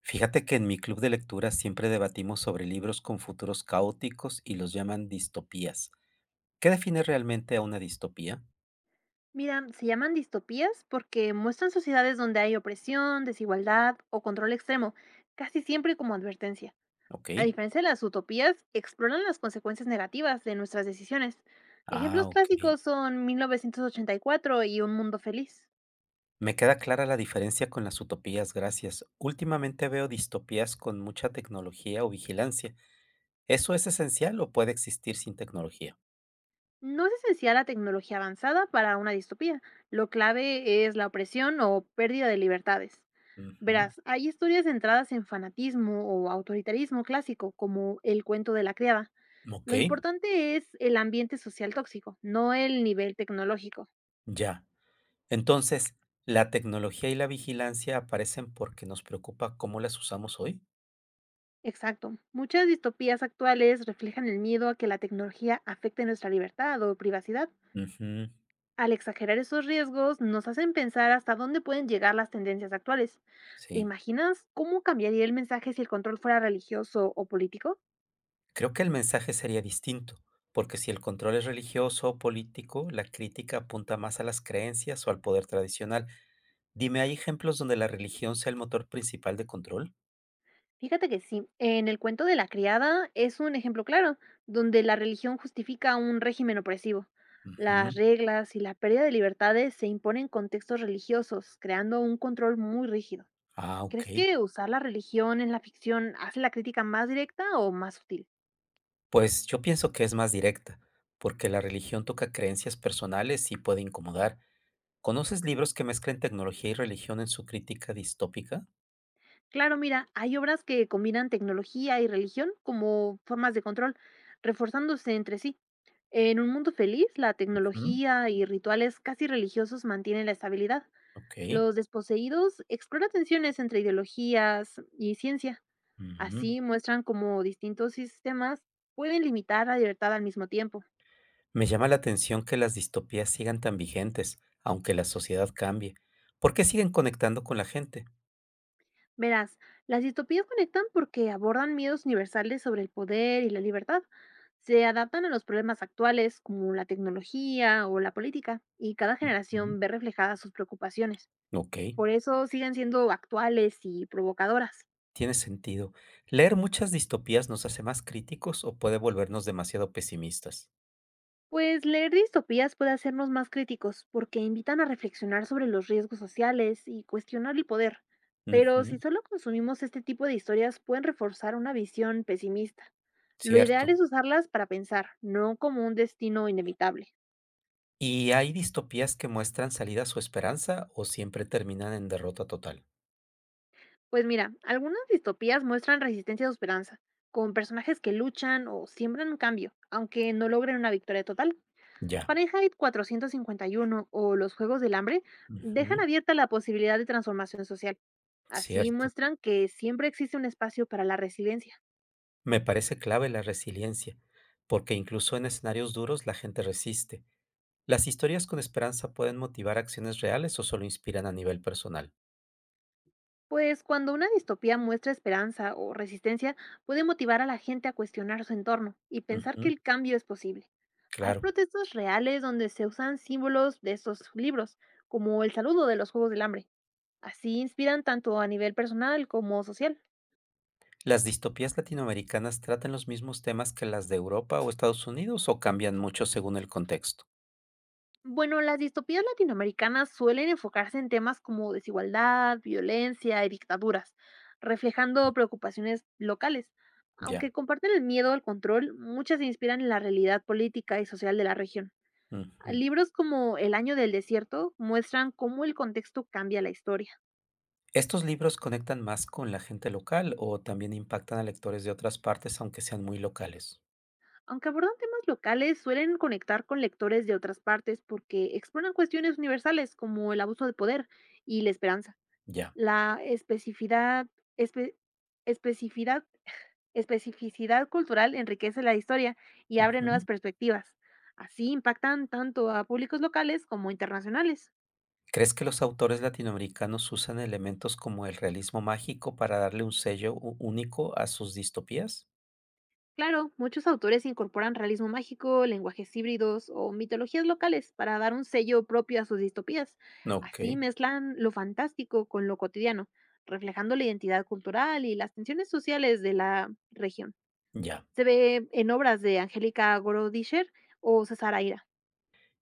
Fíjate que en mi club de lectura siempre debatimos sobre libros con futuros caóticos y los llaman distopías. ¿Qué define realmente a una distopía? Mira, se llaman distopías porque muestran sociedades donde hay opresión, desigualdad o control extremo, casi siempre como advertencia. Ok. A diferencia de las utopías, exploran las consecuencias negativas de nuestras decisiones. Ah, Ejemplos ok. clásicos son 1984 y cuatro y Un Mundo Feliz. Me queda clara la diferencia con las utopías, gracias. Últimamente veo distopías con mucha tecnología o vigilancia. ¿Eso es esencial o puede existir sin tecnología? No es esencial la tecnología avanzada para una distopía. Lo clave es la opresión o pérdida de libertades. Ujú. Verás, hay historias centradas en fanatismo o autoritarismo clásico, como El cuento de la criada. Ok, Lo importante es el ambiente social tóxico, no el nivel tecnológico. ya. Entonces, ¿la tecnología y la vigilancia aparecen porque nos preocupa cómo las usamos hoy? Exacto. Muchas distopías actuales reflejan el miedo a que la tecnología afecte nuestra libertad o privacidad. Ujú. Al exagerar esos riesgos, nos hacen pensar hasta dónde pueden llegar las tendencias actuales. ¿Te Sí. imaginas cómo cambiaría el mensaje si el control fuera religioso o político? Creo que el mensaje sería distinto, porque si el control es religioso o político, la crítica apunta más a las creencias o al poder tradicional. Dime, ¿hay ejemplos donde la religión sea el motor principal de control? Fíjate que sí, en el cuento de la criada es un ejemplo claro, donde la religión justifica un régimen opresivo. Las Ujú. reglas y la pérdida de libertades se imponen contextos religiosos, creando un control muy rígido. Ah, ok. ¿Crees que usar la religión en la ficción hace la crítica más directa o más sutil? Pues yo pienso que es más directa, porque la religión toca creencias personales y puede incomodar. ¿Conoces libros que mezclen tecnología y religión en su crítica distópica? Claro, mira, hay obras que combinan tecnología y religión como formas de control, reforzándose entre sí. En un mundo feliz, la Ujú. tecnología y rituales casi religiosos mantienen la estabilidad. Ok. Los desposeídos exploran tensiones entre ideologías y ciencia. Ujú. Así muestran cómo distintos sistemas pueden limitar la libertad al mismo tiempo. Me llama la atención que las distopías sigan tan vigentes, aunque la sociedad cambie. ¿Por qué siguen conectando con la gente? Verás, las distopías conectan porque abordan miedos universales sobre el poder y la libertad. Se adaptan a los problemas actuales como la tecnología o la política y cada Ujú. generación ve reflejadas sus preocupaciones. Ok, Por eso siguen siendo actuales y provocadoras. tiene sentido. ¿Leer muchas distopías nos hace más críticos o puede volvernos demasiado pesimistas? Pues leer distopías puede hacernos más críticos porque invitan a reflexionar sobre los riesgos sociales y cuestionar el poder. Pero Ujú. si solo consumimos este tipo de historias pueden reforzar una visión pesimista. Lo ideal Cierto. es usarlas para pensar, no como un destino inevitable. ¿Y hay distopías que muestran salidas o esperanza o siempre terminan en derrota total? Pues mira, algunas distopías muestran resistencia o esperanza, con personajes que luchan o siembran un cambio, aunque no logren una victoria total. Ya. Fahrenheit 451 o los Juegos del Hambre dejan Ujú. abierta la posibilidad de transformación social. Así Cierto. muestran que siempre existe un espacio para la resiliencia. Me parece clave la resiliencia, porque incluso en escenarios duros la gente resiste. Las historias con esperanza pueden motivar acciones reales o solo inspiran a nivel personal. Pues cuando una distopía muestra esperanza o resistencia, puede motivar a la gente a cuestionar su entorno y pensar que Ujú, el cambio es posible. Hay claro. protestas reales donde se usan símbolos de estos libros, como el saludo de los Juegos del Hambre. Así inspiran tanto a nivel personal como social. ¿Las distopías latinoamericanas tratan los mismos temas que las de Europa o Estados Unidos o cambian mucho según el contexto? Bueno, las distopías latinoamericanas suelen enfocarse en temas como desigualdad, violencia y dictaduras, reflejando preocupaciones locales. Ya. Aunque comparten el miedo al control, muchas se inspiran en la realidad política y social de la región. Ujú. Libros como El año del desierto muestran cómo el contexto cambia la historia. ¿Estos libros conectan más con la gente local o también impactan a lectores de otras partes aunque sean muy locales? Aunque abordan temas locales, suelen conectar con lectores de otras partes porque exploran cuestiones universales como el abuso de poder y la esperanza. Ya. La especificidad espe especificidad especificidad cultural enriquece la historia y abre Ujú. nuevas perspectivas. Así impactan tanto a públicos locales como internacionales. ¿Crees que los autores latinoamericanos usan elementos como el realismo mágico para darle un sello único a sus distopías? Claro, muchos autores incorporan realismo mágico, lenguajes híbridos o mitologías locales para dar un sello propio a sus distopías. Ok, Así mezclan lo fantástico con lo cotidiano, reflejando la identidad cultural y las tensiones sociales de la región. ya. Se ve en obras de Angélica Gorodischer o César Aira.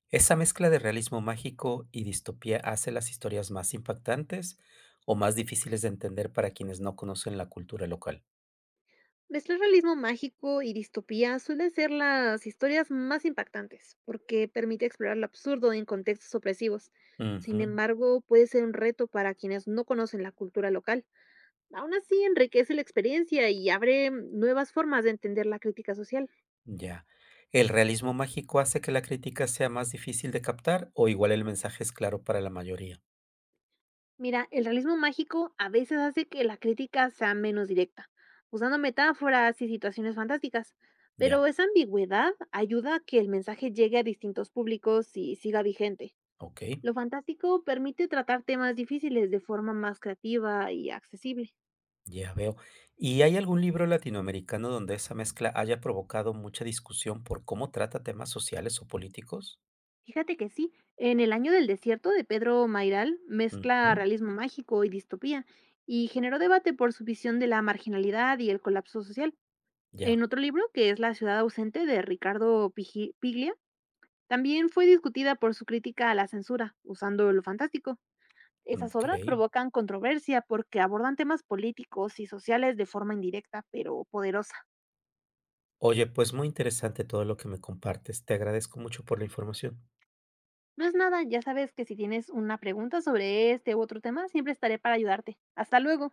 Esa mezcla de realismo mágico y distopía hace las historias más impactantes o más difíciles de entender para quienes no conocen la cultura local. Mezclar realismo mágico y distopía suele ser las historias más impactantes, porque permite explorar lo absurdo en contextos opresivos. Ujú, Sin embargo, puede ser un reto para quienes no conocen la cultura local. Aún así, enriquece la experiencia y abre nuevas formas de entender la crítica social. ya. ¿El realismo mágico hace que la crítica sea más difícil de captar o igual el mensaje es claro para la mayoría? Mira, el realismo mágico a veces hace que la crítica sea menos directa, usando metáforas y situaciones fantásticas, Ya, pero esa ambigüedad ayuda a que el mensaje llegue a distintos públicos y siga vigente. ok, Lo fantástico permite tratar temas difíciles de forma más creativa y accesible. ya veo. ¿Y hay algún libro latinoamericano donde esa mezcla haya provocado mucha discusión por cómo trata temas sociales o políticos? Fíjate que sí, en El Año del Desierto de Pedro Mairal mezcla Ujú, realismo mágico y distopía y generó debate por su visión de la marginalidad y el colapso social. ya, En otro libro, que es La ciudad ausente de Ricardo Piglia, también fue discutida por su crítica a la censura, usando lo fantástico. Esas ok. obras provocan controversia porque abordan temas políticos y sociales de forma indirecta, pero poderosa. Oye, pues muy interesante todo lo que me compartes. Te agradezco mucho por la información. Más nada, ya sabes que si tienes una pregunta sobre este u otro tema, siempre estaré para ayudarte. Hasta luego.